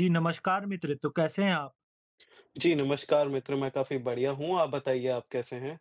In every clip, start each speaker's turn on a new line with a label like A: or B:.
A: जी, नमस्कार मित्र। तो कैसे हैं आप?
B: जी, नमस्कार मित्र, मैं काफ़ी बढ़िया हूँ, आप बताइए आप कैसे हैं?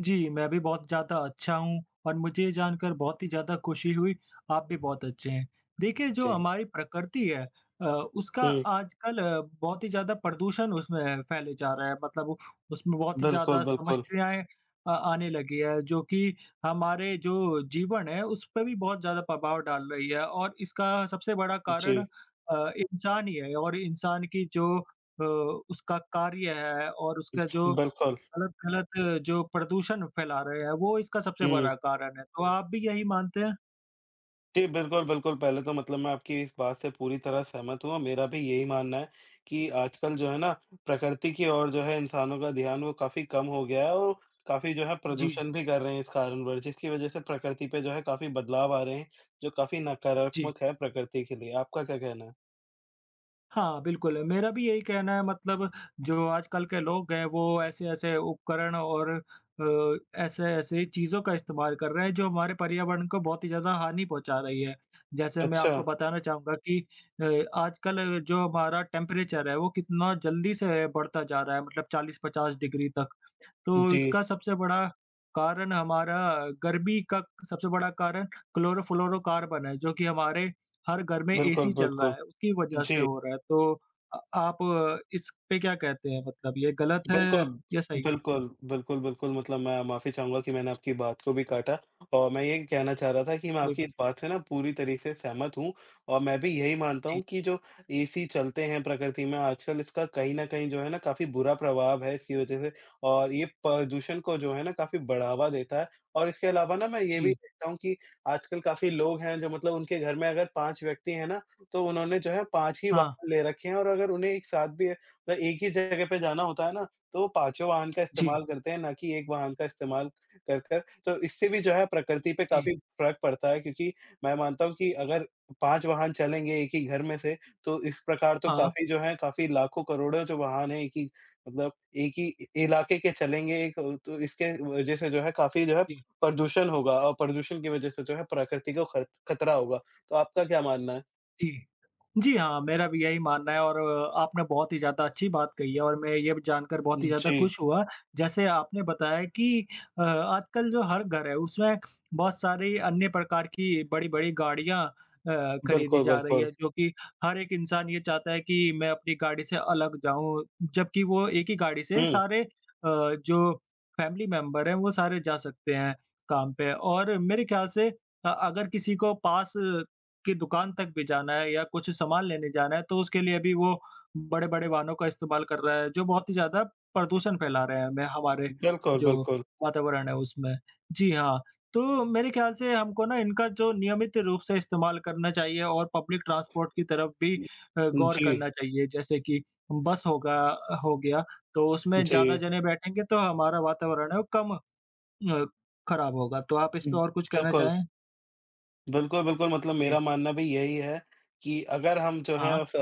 A: जी, मैं भी बहुत ज़्यादा अच्छा हूँ और मुझे ये जानकर बहुत ही ज़्यादा खुशी हुई, आप भी बहुत अच्छे हैं। देखिए, जो
B: जी।
A: हमारी प्रकृति है उसका
B: हुँ,
A: आजकल बहुत ही ज़्यादा प्रदूषण उसमें फैले जा रहा है। मतलब उसमें बहुत ही ज़्यादा
B: बिल्कुल, बिल्कुल।
A: समस्याएँ आने लगी है, जो कि हमारे जो जीवन है, उस पे भी बहुत ज़्यादा प्रभाव डाल रही है और इसका सबसे बड़ा कारण
B: जी,
A: इंसान ही है और इंसान की जो उसका कार्य है और उसका जो
B: बिल्कुल।
A: गलत-गलत जो प्रदूषण फैला रहे हैं, वो इसका सबसे
B: हुँ।
A: बड़ा कारण है। तो आप भी यही मानते हैं?
B: जी, बिल्कुल, बिल्कुल, पहले तो मतलब मैं आपकी इस बात से पूरी तरह सहमत हूँ और मेरा भी यही मानना है कि आजकल जो है ना, प्रकृति की ओर जो है इंसानों का ध्यान वो काफ़ी कम हो गया है और काफ़ी जो है
A: जी,
B: प्रदूषण भी कर रहे हैं इस कारणवश, जिसकी वजह से प्रकृति पे जो है काफ़ी बदलाव आ रहे हैं, जो काफ़ी
A: जी।
B: नकारात्मक है प्रकृति के लिए। आपका क्या कहना है?
A: हाँ, बिल्कुल, मेरा भी यही कहना है मतलब जो आजकल के लोग हैं, वो ऐसे-ऐसे उपकरण और ऐसे-ऐसे चीज़ों का इस्तेमाल कर रहे हैं, जो हमारे पर्यावरण को बहुत ही ज़्यादा हानि पहुँचा रही है। जैसे मैं
B: अच्छा।
A: आपको बताना चाहूँगा कि अ, आजकल जो हमारा टेम्परेचर है, वो कितना जल्दी से बढ़ता जा रहा है, मतलब 40-50 डिग्री तक। तो
B: जी,
A: इसका सबसे बड़ा कारण हमारा गर्मी का सबसे बड़ा कारण क्लोरोफ्लोरोकार्बन है, जो कि हमारे हर घर में
B: बिल्कुल,
A: एसी चल रहा
B: बिल्कुल।
A: है, उसकी वजह से
B: जी।
A: हो रहा है। तो आप इस पे क्या कहते हैं मतलब ये गलत
B: बिल्कुल,
A: है या सही है?
B: बिल्कुल, बिल्कुल, बिल्कुल मतलब मैं माफ़ी चाहूँगा कि मैंने आपकी बात को भी काटा और मैं ये कहना चाह रहा था कि मैं
A: कोई
B: आपकी
A: बात
B: इस बात से ना पूरी तरीके से सहमत हूँ और मैं भी यही मानता
A: जी,
B: हूँ कि जो एसी चलते हैं प्रकृति में आजकल इसका कहीं न कहीं जो है ना काफ़ी बुरा प्रभाव है इसकी वज़ह से। और ये प्रदूषण को जो है ना काफ़ी बढ़ावा देता है। और इसके अलावा ना मैं ये भी
A: जी।
B: देखता हूँ कि आजकल काफ़ी लोग हैं जो मतलब उनके घर में अगर 5 व्यक्ति हैं ना, तो उन्होंने जो है 5 ही
A: हाँ,
B: वाहन ले रखे हैं और अगर उन्हें एक साथ भी मतलब एक ही जगह पे जाना होता है ना, तो पाँचों वाहन का
A: जी,
B: इस्तेमाल करते हैं, ना कि एक वाहन का इस्तेमाल कर कर। तो इससे भी जो है प्रकृति पे
A: जी।
B: काफ़ी फ़र्क पड़ता है, क्योंकि मैं मानता हूँ कि अगर 5 वाहन चलेंगे एक ही घर में से, तो इस प्रकार तो
A: हाँ,
B: काफ़ी जो है काफ़ी लाखों-करोड़ों जो वाहन हैं, एक ही मतलब एक ही इ इलाके के चलेंगे, एक तो इसके वज़ह से जो है काफ़ी जो है
A: जी,
B: प्रदूषण होगा और प्रदूषण की वज़ह से जो है प्रकृति को ख खतरा होगा। तो आपका क्या मानना है?
A: जी। जी हाँ, मेरा भी यही मानना है और आपने बहुत ही ज़्यादा अच्छी बात कही है और मैं ये भी जानकर बहुत ही ज़्यादा
B: जी,
A: खुश हुआ। जैसे आपने बताया कि आजकल जो हर घर है उसमें बहुत सारी अन्य प्रकार की बड़ी-बड़ी गाड़ियाँ खरीदी
B: बिल्कुल,
A: जा रही
B: बिल्कुल।
A: है जो कि हर एक इंसान ये चाहता है कि मैं अपनी गाड़ी से अलग जाऊँ, जबकि वो एक ही गाड़ी से
B: हुँ,
A: सारे जो फैमिली मेंबर हैं वो सारे जा सकते हैं काम पे और मेरे ख़्याल से अगर किसी को पास की दुकान तक भी जाना है या कुछ सामान लेने जाना है, तो उसके लिए भी वो बड़े-बड़े वाहनों का इस्तेमाल कर रहा है, जो बहुत ही ज़्यादा प्रदूषण फैला रहे हैं हमें हमारे
B: बिल्कुल,
A: जो
B: बिल्कुल।
A: वातावरण है उसमें। जी हाँ, तो मेरे ख्याल से हमको ना इनका जो नियमित रूप से इस्तेमाल करना चाहिए और पब्लिक ट्रांसपोर्ट की तरफ भी गौर
B: जी,
A: करना चाहिए। जैसे कि बस होगा हो गया, तो उसमें
B: जी।
A: ज़्यादा जने बैठेंगे तो हमारा वातावरण है वो कम अ, खराब होगा। तो आप इस
B: हुँ।
A: पे और कुछ कहना
B: बिल्कुल,
A: चाहें?
B: बिल्कुल, बिल्कुल मतलब
A: जी।
B: मेरा मानना भी यही है कि अगर हम जो है
A: हाँ।
B: स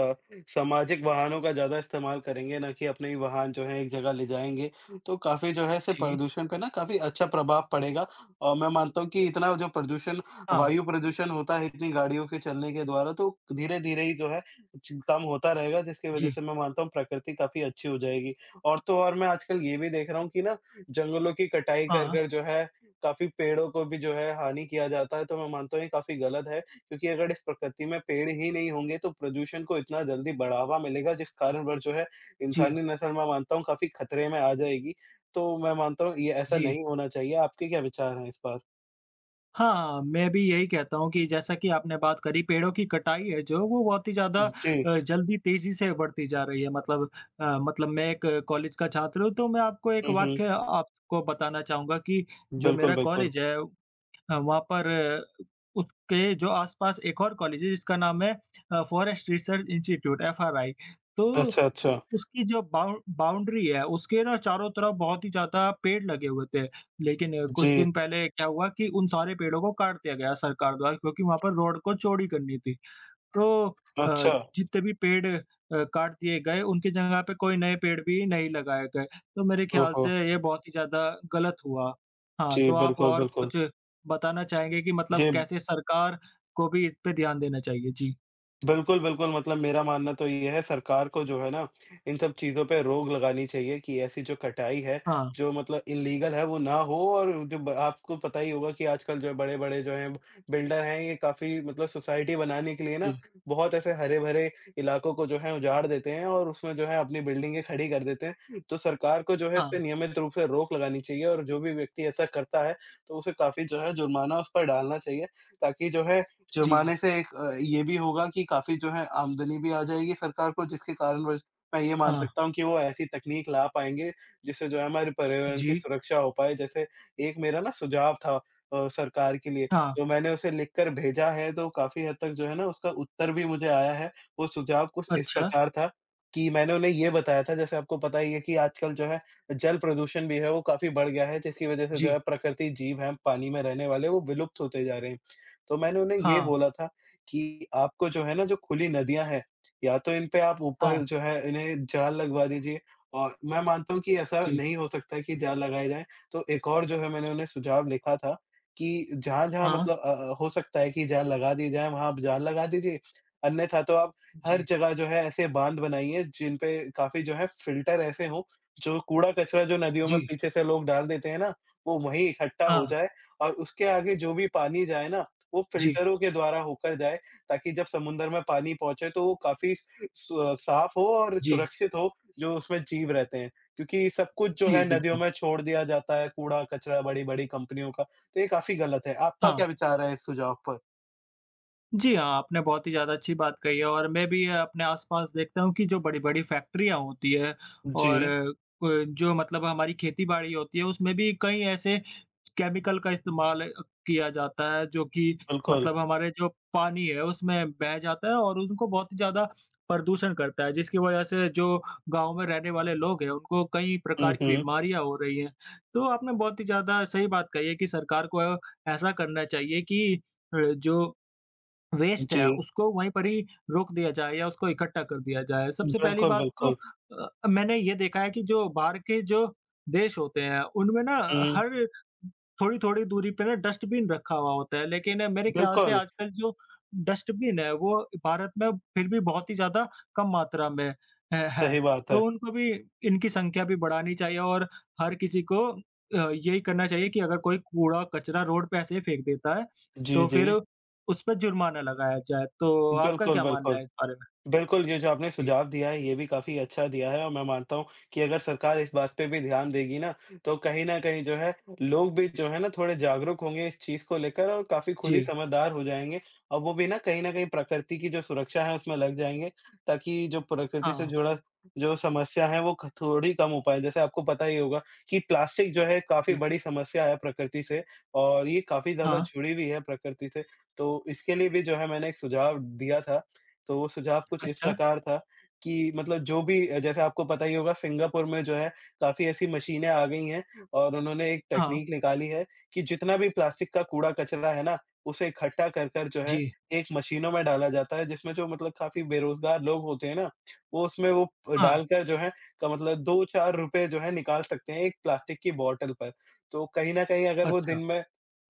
B: सामाजिक वाहनों का ज़्यादा इस्तेमाल करेंगे ना कि अपने ही वाहन जो है एक जगह ले जाएँगे, तो काफ़ी जो है इससे
A: जी।
B: प्रदूषण पे ना काफ़ी अच्छा प्रभाव पड़ेगा। और मैं मानता हूँ कि इतना जो प्रदूषण
A: हाँ।
B: वायु प्रदूषण होता है इतनी गाड़ियों के चलने के द्वारा, तो धीरे-धीरे ही जो है च कम होता रहेगा, जिसकी वज़ह
A: जी।
B: से मैं मानता हूँ प्रकृति काफ़ी अच्छी हो जाएगी। और तो और मैं आजकल ये भी देख रहा हूँ कि ना जंगलों की कटाई कर
A: हाँ,
B: कर जो है काफ़ी पेड़ों को भी जो है हानि किया जाता है, तो मैं मानता हूँ ये काफ़ी गलत है, क्योंकि अगर इस प्रकृति में पेड़ ही नहीं होंगे तो प्रदूषण को इतना जल्दी बढ़ावा मिलेगा, जिस कारणवश जो है
A: जी,
B: इंसानी नस्ल मैं मानता हूँ काफ़ी खतरे में आ जाएगी। तो मैं मानता हूँ ये ऐसा
A: जी।
B: नहीं होना चाहिए, आपके क्या विचार हैं इस पर?
A: हाँ, मैं भी यही कहता हूँ कि जैसा कि आपने बात करी पेड़ों की कटाई है जो वो बहुत ही ज़्यादा
B: जी।
A: जल्दी तेज़ी से बढ़ती जा रही है मतलब मतलब मैं एक कॉलेज का छात्र हूँ तो मैं आपको एक
B: हुँ, हुँ।
A: वाक़या आपको बताना चाहूँगा कि जो
B: बिल्कुल,
A: मेरा
B: बिल्कुल।
A: कॉलेज है हाँ, वहाँ पर उसके जो आस-पास एक और कॉलेज है जिसका नाम है फॉरेस्ट रिसर्च इंस्टीट्यूट एफआरआई। तो उ
B: अच्छा, अच्छा।
A: उसकी जो बाउंड्री है उसके ना चारों तरफ बहुत ही ज़्यादा पेड़ लगे हुए थे। लेकिन कुछ
B: जी।
A: दिन पहले क्या हुआ कि उन सारे पेड़ों को काट दिया गया सरकार द्वारा क्योंकि वहाँ पर रोड को चौड़ी करनी थी। तो अ,
B: अच्छा।
A: जितने भी पेड़ काट दिए गए, उनकी जगह पे कोई नए पेड़ भी नहीं लगाए गए, तो मेरे ख़्याल
B: ओहो!
A: से ये बहुत ही ज़्यादा गलत हुआ। हाँ,
B: जी,
A: तो आप
B: बिल्कुल,
A: और
B: बिल्कुल।
A: कुछ बताना चाहेंगे कि मतलब
B: जी।
A: कैसे सरकार को भी इस पे ध्यान देना चाहिए? जी।
B: बिल्कुल, बिल्कुल, मतलब मेरा मानना तो ये है सरकार को जो है ना, इन सब चीज़ों पे रोक लगानी चाहिए कि ऐसी जो कटाई है,
A: हाँ,
B: जो मतलब इल्लीगल है वो ना हो। और जो ब आपको पता ही होगा कि आजकल जो है बड़े-बड़े जो हैं बिल्डर हैं, ये काफ़ी मतलब सोसाइटी बनाने के लिए
A: जी।
B: ना बहुत ऐसे हरे-भरे इलाकों को जो है उजाड़ देते हैं और उसमें जो है अपनी बिल्डिंगें खड़ी कर देते हैं। तो सरकार को जो है इस
A: हाँ,
B: पे नियमित रूप से रोक लगानी चाहिए और जो भी व्यक्ति ऐसा करता है, तो उसे काफ़ी जो है जुर्माना उस पर डालना चाहिए, ताकि जो है
A: जी।
B: जुर्माने से एक ये भी होगा कि काफ़ी जो है आमदनी भी आ जाएगी सरकार को, जिसके कारणवश मैं ये मान
A: हाँ,
B: सकता हूँ कि वो ऐसी तकनीक ला पाएँगे, जिससे जो है हमारे पर्यावरण
A: जी।
B: की सुरक्षा हो पाए। जैसे एक मेरा ना सुझाव था सरकार के लिए,
A: हाँ,
B: तो मैंने उसे लिख कर भेजा है तो काफ़ी हद तक जो है ना उसका उत्तर भी मुझे आया है। वो सुझाव कुछ इस
A: अच्छा।
B: प्रकार था कि मैंने उन्हें ये बताया था, जैसे आपको पता ही है कि आजकल जो है जल प्रदूषण भी है वो काफ़ी बढ़ गया है, जिसकी वज़ह से जो
A: जी।
B: है प्रकृति जीव हैं पानी में रहने वाले वो विलुप्त होते जा रहे हैं। तो मैंने उन्हें ये
A: हाँ,
B: बोला था कि आपको जो है ना, जो खुली नदियाँ हैं, या तो इन पे आप ऊपर
A: हाँ,
B: जो है इन्हें जाल लगवा दीजिए, और मैं मानता हूँ कि ऐसा
A: जी।
B: नहीं हो सकता कि जाल लगाए जाएँ, तो एक और जो है मैंने उन्हें सुझाव लिखा था कि जहाँ-जहाँ
A: हाँ,
B: मतलब हो सकता है कि जाल लगा दिए जाएँ, वहाँ आप जाल लगा दीजिए। अन्यथा तो आप हर
A: जी।
B: जगह जो है ऐसे बाँध बनाइए जिन पे काफ़ी जो है फ़िल्टर ऐसे हों, जो कूड़ा-कचरा जो नदियों में
A: जी।
B: पीछे से लोग डाल देते हैं ना, वो वहीं इकट्ठा हो
A: हाँ,
B: जाए और उसके आगे जो भी पानी जाए ना वो
A: जी,
B: फ़िल्टरों के द्वारा होकर जाए, ताकि जब समुद्र में पानी पहुँचे तो वो काफ़ी सु साफ़ हो और
A: जी।
B: सुरक्षित हो, जो उसमें जीव रहते हैं। क्योंकि सब कुछ जो
A: जी,
B: है नदियों
A: बिल्कुल।
B: में छोड़ दिया जाता है, कूड़ा-कचरा बड़ी-बड़ी कंपनियों का, तो ये काफ़ी गलत है। आपका
A: हाँ।
B: क्या विचार है इस सुझाव पर?
A: जी हाँ, आपने बहुत ही ज़्यादा अच्छी बात कही है और मैं भी अपने आस-पास देखता हूँ कि जो बड़ी-बड़ी फैक्ट्रियाँ होती हैं और
B: जी,
A: जो मतलब हमारी खेती-बाड़ी होती है, उसमें भी कई ऐसे केमिकल का इस्तेमाल किया जाता है, जो कि
B: बिल्कुल।
A: मतलब हमारे जो पानी है, उसमें बह जाता है और उनको बहुत ही ज़्यादा प्रदूषण करता है, जिसकी वजह से जो गाँव में रहने वाले लोग हैं, उनको कई
B: हुँ,
A: प्रकार की
B: हुँ।
A: बीमारियाँ हो रही हैं। तो आपने बहुत ही ज़्यादा सही बात कही है कि सरकार को ऐसा करना चाहिए कि जो वेस्ट है,
B: जी,
A: उसको वहीं पर ही रोक दिया जाए या उसको इकट्ठा कर दिया जाए। सबसे पहली
B: बिल्कुल,
A: बात तो
B: बिल्कुल।
A: मैंने ये देखा है कि जो बाहर के जो देश होते हैं, उनमें ना
B: हुँ,
A: हर थोड़ी-थोड़ी दूरी पे ना डस्टबिन रखा हुआ होता है, लेकिन मेरे ख्याल से
B: बिल्कुल,
A: आजकल जो डस्टबिन है, वो भारत में फिर भी बहुत ही ज़्यादा कम मात्रा में है।
B: सही बात
A: तो
B: है।
A: उनको भी इनकी संख्या भी बढ़ानी चाहिए और हर किसी को यही करना चाहिए कि अगर कोई कूड़ा-कचरा रोड पे ऐसे ही फेंक देता है,
B: जी,
A: तो
B: जी।
A: फिर उस पे जुर्माना लगाया जाए, तो आपका
B: बिल्कुल,
A: क्या मानना
B: बिल्कुल।
A: है इस बारे में?
B: बिल्कुल, ये जो आपने
A: जी,
B: सुझाव दिया है, ये भी काफ़ी अच्छा दिया है और मैं मानता हूँ कि अगर सरकार इस बात पे भी ध्यान देगी ना, तो कहीं न कहीं जो है, लोग भी जो है ना थोड़े जागरूक होंगे इस चीज़ को लेकर और काफ़ी खुद ही
A: जी,
B: समझदार हो जाएँगे और वो भी ना कहीं न कहीं प्रकृति की जो सुरक्षा है, उसमें लग जाएँगे, ताकि जो प्रकृति से
A: हाँ,
B: जुड़ा जो समस्या है, वो क थोड़ी कम हो पाए। जैसे आपको पता ही होगा कि प्लास्टिक जो है, काफ़ी
A: जी,
B: बड़ी समस्या है प्रकृति से और ये काफ़ी ज़्यादा
A: हाँ,
B: जुड़ी हुई है प्रकृति से, तो इसके लिए भी जो है, मैंने एक सुझाव दिया था। तो वो सुझाव कुछ इस
A: अच्छा,
B: प्रकार था कि मतलब जो भी जैसे आपको पता ही होगा, सिंगापुर में जो है काफ़ी ऐसी मशीनें आ गई हैं और उन्होंने एक
A: हाँ,
B: तकनीक निकाली है कि जितना भी प्लास्टिक का कूड़ा-कचरा है ना, उसे इकट्ठा कर कर जो है
A: जी,
B: एक मशीनों में डाला जाता है, जिसमें जो मतलब काफ़ी बेरोज़गार लोग होते हैं ना, वो उसमें वो प
A: हाँ,
B: डालकर जो है का मतलब 2-4 रुपए जो है निकाल सकते हैं एक प्लास्टिक की बॉटल पर। तो कहीं न कहीं अगर वो
A: अच्छा,
B: दिन में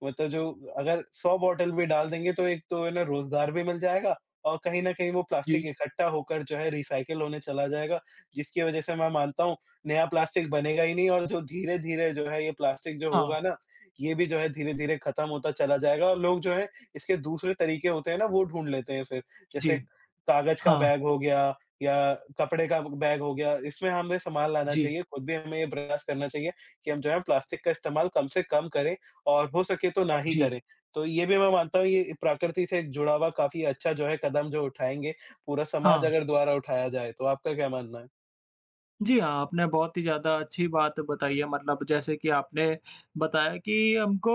B: मतलब जो अगर 100 बॉटल भी डाल देंगे तो एक तो इन्हें रोज़गार भी मिल जाएगा और कहीं न कहीं वो प्लास्टिक
A: जी,
B: इकट्ठा होकर जो है रिसाइकिल होने चला जाएगा, जिसकी वजह से मैं मानता हूँ नया प्लास्टिक बनेगा ही नहीं, और जो धीरे-धीरे जो है ये प्लास्टिक जो
A: हाँ,
B: होगा ना, ये भी जो है धीरे-धीरे खत्म होता चला जाएगा और लोग जो है इसके दूसरे तरीके होते हैं ना वो ढूँढ लेते हैं फिर।
A: जी,
B: जैसे कागज़ का
A: हाँ,
B: बैग हो गया या कपड़े का बैग हो गया, इसमें हमें सामान लाना
A: जी,
B: चाहिए, खुद भी हमें ये प्रयास करना चाहिए कि हम जो है प्लास्टिक का इस्तेमाल कम से कम करें और हो सके तो ना ही
A: जी,
B: करें। तो ये भी मैं मानता हूँ ये प्रकृति से एक जुड़ा हुआ काफ़ी अच्छा जो है कदम जो उठाएँगे, पूरा समाज
A: हाँ।
B: अगर द्वारा उठाया जाए, तो आपका क्या मानना है?
A: जी हाँ, आपने बहुत ही ज़्यादा अच्छी बात बताई है मतलब जैसे कि आपने बताया कि हमको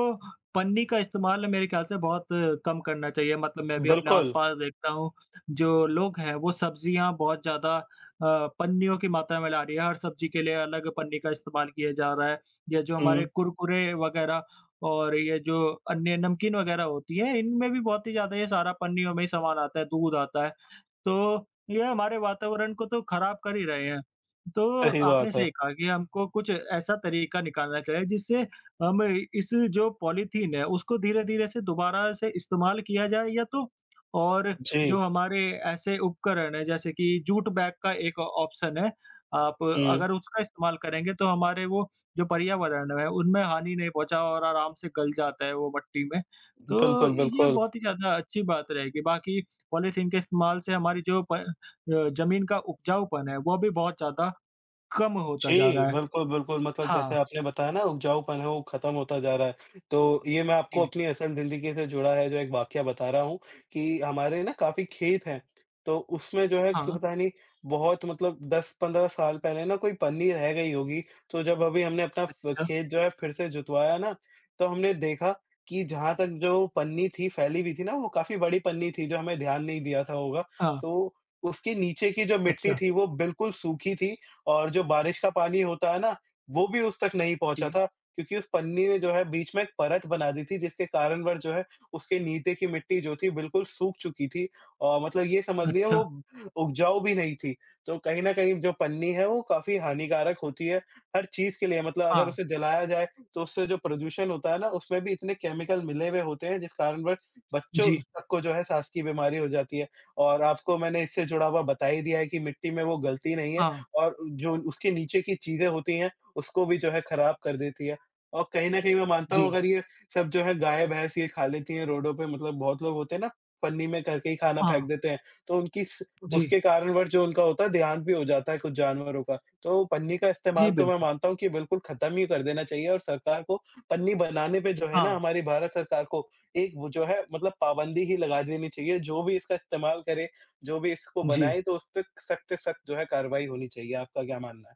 A: पन्नी का इस्तेमाल मेरे ख़्याल से बहुत कम करना चाहिए। मतलब मैं भी अपने
B: बिल्कुल।
A: आस-पास देखता हूँ, जो लोग हैं वो सब्ज़ियाँ बहुत ज़्यादा पन्नियों की मात्रा में ला रही है। हर सब्ज़ी के लिए अलग पन्नी का इस्तेमाल किया जा रहा है। या जो हमारे
B: हुँ,
A: कुरकुरे वग़ैरह और ये जो अन्य नमकीन वग़ैरह होती है, इनमें भी बहुत ही ज़्यादा ये सारा पन्नियों में ही सामान आता है, दूध आता है। तो ये हमारे वातावरण को तो खराब कर ही रहे हैं। तो
B: सही
A: आपने
B: बात है।
A: सही कहा कि हमको कुछ ऐसा तरीका निकालना चाहिए जिससे हम इस जो पॉलीथीन है उसको धीरे-धीरे से दोबारा से इस्तेमाल किया जाए या तो और
B: जी।
A: जो हमारे ऐसे उपकरण हैं जैसे कि जूट बैग का एक ऑप्शन है, आप
B: हुँ,
A: अगर उसका इस्तेमाल करेंगे तो हमारे वो जो पर्यावरण है उनमें हानि नहीं पहुँचा और आराम से गल जाता है वो मट्टी में। तो
B: बिल्कुल,
A: ये
B: बिल्कुल।
A: बहुत ही ज़्यादा अच्छी बात रहेगी। बाकी पॉलीथीन के इस्तेमाल से हमारी जो ज़मीन का उपजाऊपन है, वो भी बहुत ज़्यादा कम होता जा
B: जी,
A: रहा है।
B: बिल्कुल, बिल्कुल मतलब जैसे
A: हाँ,
B: आपने बताया ना उपजाऊपन है वो खत्म होता जा रहा है। तो ये मैं आपको
A: जी,
B: अपनी असल ज़िंदगी से जुड़ा है जो एक वाकया बता रहा हूँ कि हमारे ना काफ़ी खेत हैं, तो उसमें जो है कि
A: हाँ,
B: पता नहीं बहुत मतलब 10-15 साल पहले ना कोई पन्नी रह गई होगी। तो जब अभी हमने अपना फ
A: अच्छा,
B: खेत जो है फिर से जुतवाया ना, तो हमने देखा कि जहाँ तक जो पन्नी थी फैली हुई थी ना वो काफ़ी बड़ी पन्नी थी जो हमें ध्यान नहीं दिया था होगा।
A: हाँ,
B: तो उसके नीचे की जो मिट्टी
A: अच्छा,
B: थी वो बिल्कुल सूखी थी और जो बारिश का पानी होता है ना, वो भी उस तक नहीं पहुँचा
A: जी,
B: था, क्योंकि उस पन्नी ने जो है बीच में एक परत बना दी थी, जिसके कारणवश जो है उसके नीचे की मिट्टी जो थी बिल्कुल सूख चुकी थी और मतलब ये समझ लिए
A: अच्छा,
B: वो उपजाऊ भी नहीं थी। तो कहीं न कहीं जो पन्नी है वो काफ़ी हानिकारक होती है, हर चीज़ के लिए मतलब अगर
A: हाँ,
B: उसे जलाया जाए तो उससे जो प्रदूषण होता है ना उसमें भी इतने केमिकल मिले हुए होते हैं, जिस कारणवश बच्चों
A: जी,
B: तक को जो है साँस की बीमारी हो जाती है। और आपको मैंने इससे जुड़ा हुआ बता ही दिया है कि मिट्टी में वो गलती नहीं है।
A: हाँ,
B: और जो उसके नीचे की चीज़ें होती हैं, उसको भी जो है खराब कर देती है। और कहीं न कहीं मैं मानता हूँ
A: जी,
B: अगर ये सब जो है गाय-भैंस ये खा लेती हैं रोडों पे, मतलब बहुत लोग होते हैं ना, पन्नी में करके ही खाना फेंक
A: हाँ,
B: देते हैं, तो उनकी स
A: जी,
B: उसके कारणवश जो उनका होता है देहांत भी हो जाता है कुछ जानवरों का। तो पन्नी का
A: जी,
B: इस्तेमाल तो मैं
A: बिल्कुल,
B: मानता हूँ कि बिल्कुल ख़त्म ही कर देना चाहिए और सरकार को पन्नी बनाने पे जो है ना
A: हाँ,
B: हमारी भारत सरकार को एक वो जो है मतलब पाबंदी ही लगा देनी चाहिए। जो भी इसका इस्तेमाल करे, जो भी इसको
A: जी।
B: बनाए तो उसपे सख्त से सख्त जो है कार्रवाई होनी चाहिए, आपका क्या मानना है?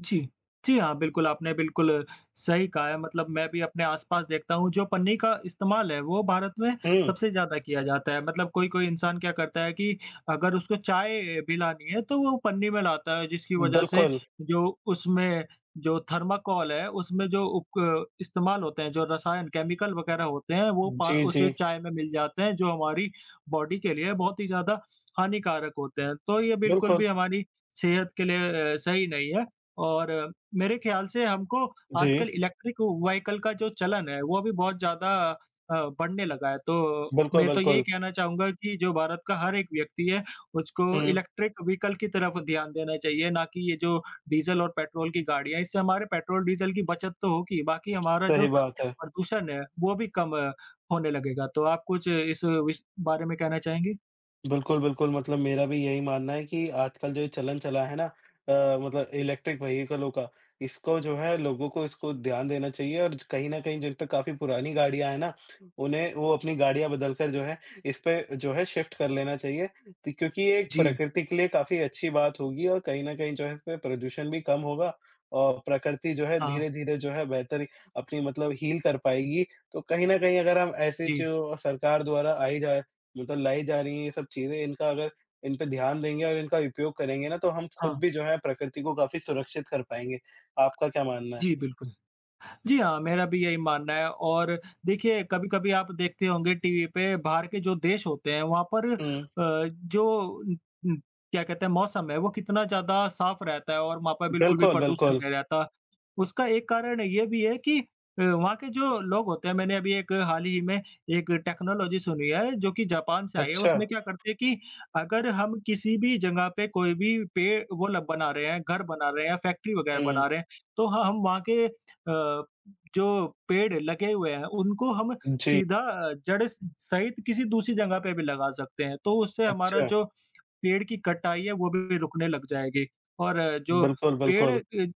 A: जी। जी हाँ, बिल्कुल, आपने बिल्कुल सही कहा है मतलब मैं भी अपने आस-पास देखता हूँ जो पन्नी का इस्तेमाल है वो भारत में
B: हुँ,
A: सबसे ज़्यादा किया जाता है। मतलब कोई-कोई इंसान क्या करता है कि अगर उसको चाय भी लानी है तो वो पन्नी में लाता है जिसकी वज़ह से
B: बिल्कुल।
A: जो उसमें जो थर्माकोल है उसमें जो उप इस्तेमाल होते हैं, जो रसायन केमिकल वग़ैरह होते हैं वो पा
B: जी,
A: उस
B: जी।
A: चाय में मिल जाते हैं जो हमारी बॉडी के लिए बहुत ही ज़्यादा हानिकारक होते हैं। तो ये बिल्कुल
B: बिल्कुल।
A: भी हमारी सेहत के लिए सही नहीं है। और मेरे ख़्याल से हमको
B: जी,
A: आजकल इलेक्ट्रिक व्हीकल का जो चलन है, वो भी बहुत ज़्यादा बढ़ने लगा है। तो
B: बिल्कुल,
A: मैं तो यही
B: बिल्कुल।
A: कहना चाहूँगा कि जो भारत का हर एक व्यक्ति है, उसको
B: हुँ,
A: इलेक्ट्रिक व्हीकल की तरफ ध्यान देना चाहिए, ना कि ये जो डीज़ल और पेट्रोल की गाड़ियाँ हैं। इससे हमारे पेट्रोल, डीज़ल की बचत तो होगी, बाकी हमारा जो
B: सही बात है।
A: प्रदूषण है, वो भी कम होने लगेगा। तो आप कुछ इस विष बारे में कहना चाहेंगे?
B: बिल्कुल, बिल्कुल, मतलब मेरा भी यही मानना है कि आजकल जो ये चलन चला है ना, अ, मतलब इलेक्ट्रिक व्हीकलों का, इसको जो है लोगों को इसको ध्यान देना चाहिए और कहीं न कहीं जिन पे काफ़ी पुरानी गाड़ियाँ हैं ना, उन्हें वो अपनी गाड़ियाँ बदलकर जो है, इस पे जो है शिफ्ट कर लेना चाहिए। त क्योंकि ये एक
A: जी।
B: प्रकृति के लिए काफ़ी अच्छी बात होगी और कहीं न कहीं जो है इससे प्रदूषण भी कम होगा और प्रकृति जो है
A: हाँ।
B: धीरे-धीरे जो है बेहतर अपनी मतलब हील कर पाएगी। तो कहीं न कहीं अगर हम ऐसे
A: जी।
B: जो सरकार द्वारा आई जा मतलब लाई जा रही है ये सब चीज़ें, इनका अगर इन पे ध्यान देंगे और इनका उपयोग करेंगे ना, तो हम खुद
A: हाँ।
B: भी जो है प्रकृति को काफ़ी सुरक्षित कर पाएँगे। आपका क्या मानना है?
A: जी, बिल्कुल। जी हाँ, मेरा भी यही मानना है और देखिए कभी-कभी आप देखते होंगे टीवी पे बाहर के जो देश होते हैं वहाँ पर
B: हुँ।
A: जो उम, क्या कहते हैं मौसम है वो कितना ज़्यादा साफ रहता है और वहाँ पर बिल्कुल भी
B: बिल्कुल,
A: प्रदूषण
B: बिल्कुल।
A: नहीं रहता। उसका एक कारण ये भी है कि वहाँ के जो लोग होते हैं मैंने अभी एक हाल ही में एक टेक्नोलॉजी सुनी है जो कि जापान से आई है।
B: अच्छा।
A: उसमें क्या करते हैं कि अगर हम किसी भी जगह पे कोई भी पेड़ वो ल बना रहे हैं, घर बना रहे हैं या फैक्ट्री वगैरह
B: हुँ।
A: बना रहे हैं, तो ह हम वहाँ के जो पेड़ लगे हुए हैं, उनको हम
B: जी।
A: सीधा जड़ स सहित किसी दूसरी जगह पे भी लगा सकते हैं, तो उससे हमारा
B: अच्छा।
A: जो पेड़ की कटाई है वो भी रुकने लग जाएगी। और जो
B: बिल्कुल,
A: पेड़
B: बिल्कुल।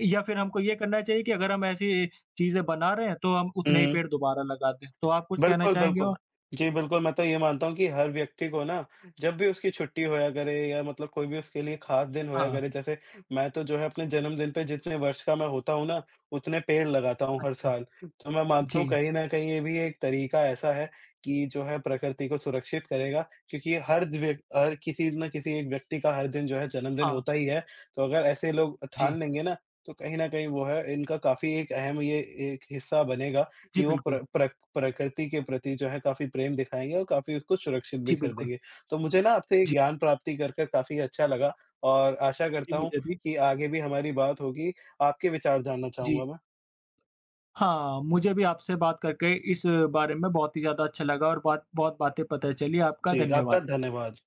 A: या फिर हमको ये करना चाहिए कि अगर हम ऐसी चीज़ें बना रहे हैं, तो हम उतने ही
B: हुँ।
A: पेड़ दोबारा लगा दें। तो आप कुछ कहना
B: बिल्कुल,
A: चाहेंगे
B: बिल्कुल।
A: और?
B: जी, बिल्कुल, मैं तो ये मानता हूँ कि हर व्यक्ति को ना जब भी उसकी छुट्टी होया करे या मतलब कोई भी उसके लिए ख़ास दिन होया
A: हाँ,
B: करे, जैसे मैं तो जो है अपने जन्मदिन पे जितने वर्ष का मैं होता हूँ ना, उतने पेड़ लगाता हूँ हर
A: अच्छा।
B: साल। तो मैं मानता हूँ
A: जी,
B: कहीं न कहीं ये भी एक तरीका ऐसा है कि जो है प्रकृति को सुरक्षित करेगा, क्योंकि हर व्य हर किसी न किसी एक व्यक्ति का हर दिन जो है जन्मदिन
A: हाँ,
B: होता ही है। तो अगर ऐसे लोग
A: जी।
B: ठान लेंगे ना, तो कहीं न कहीं वो है इनका काफ़ी एक अहम ये एक हिस्सा बनेगा
A: जी,
B: कि वो
A: बिल्कुल।
B: प्र प्र प्रकृति के प्रति जो है काफ़ी प्रेम दिखाएँगे और काफ़ी उसको सुरक्षित
A: जी,
B: भी कर
A: बिल्कुल।
B: देंगे। तो मुझे ना आपसे ये
A: जी,
B: ज्ञान प्राप्ति कर कर काफ़ी अच्छा लगा और आशा
A: जी,
B: करता हूँ
A: मुझे भी।
B: कि आगे भी हमारी बात होगी। आपके विचार जानना
A: जी।
B: चाहूँगा मैं।
A: हाँ, मुझे भी आपसे बात करके इस बारे में बहुत ही ज़्यादा अच्छा लगा और बात बहुत बातें पता चली। आपका
B: जी, आपका
A: धन्यवाद।
B: धन्यवाद।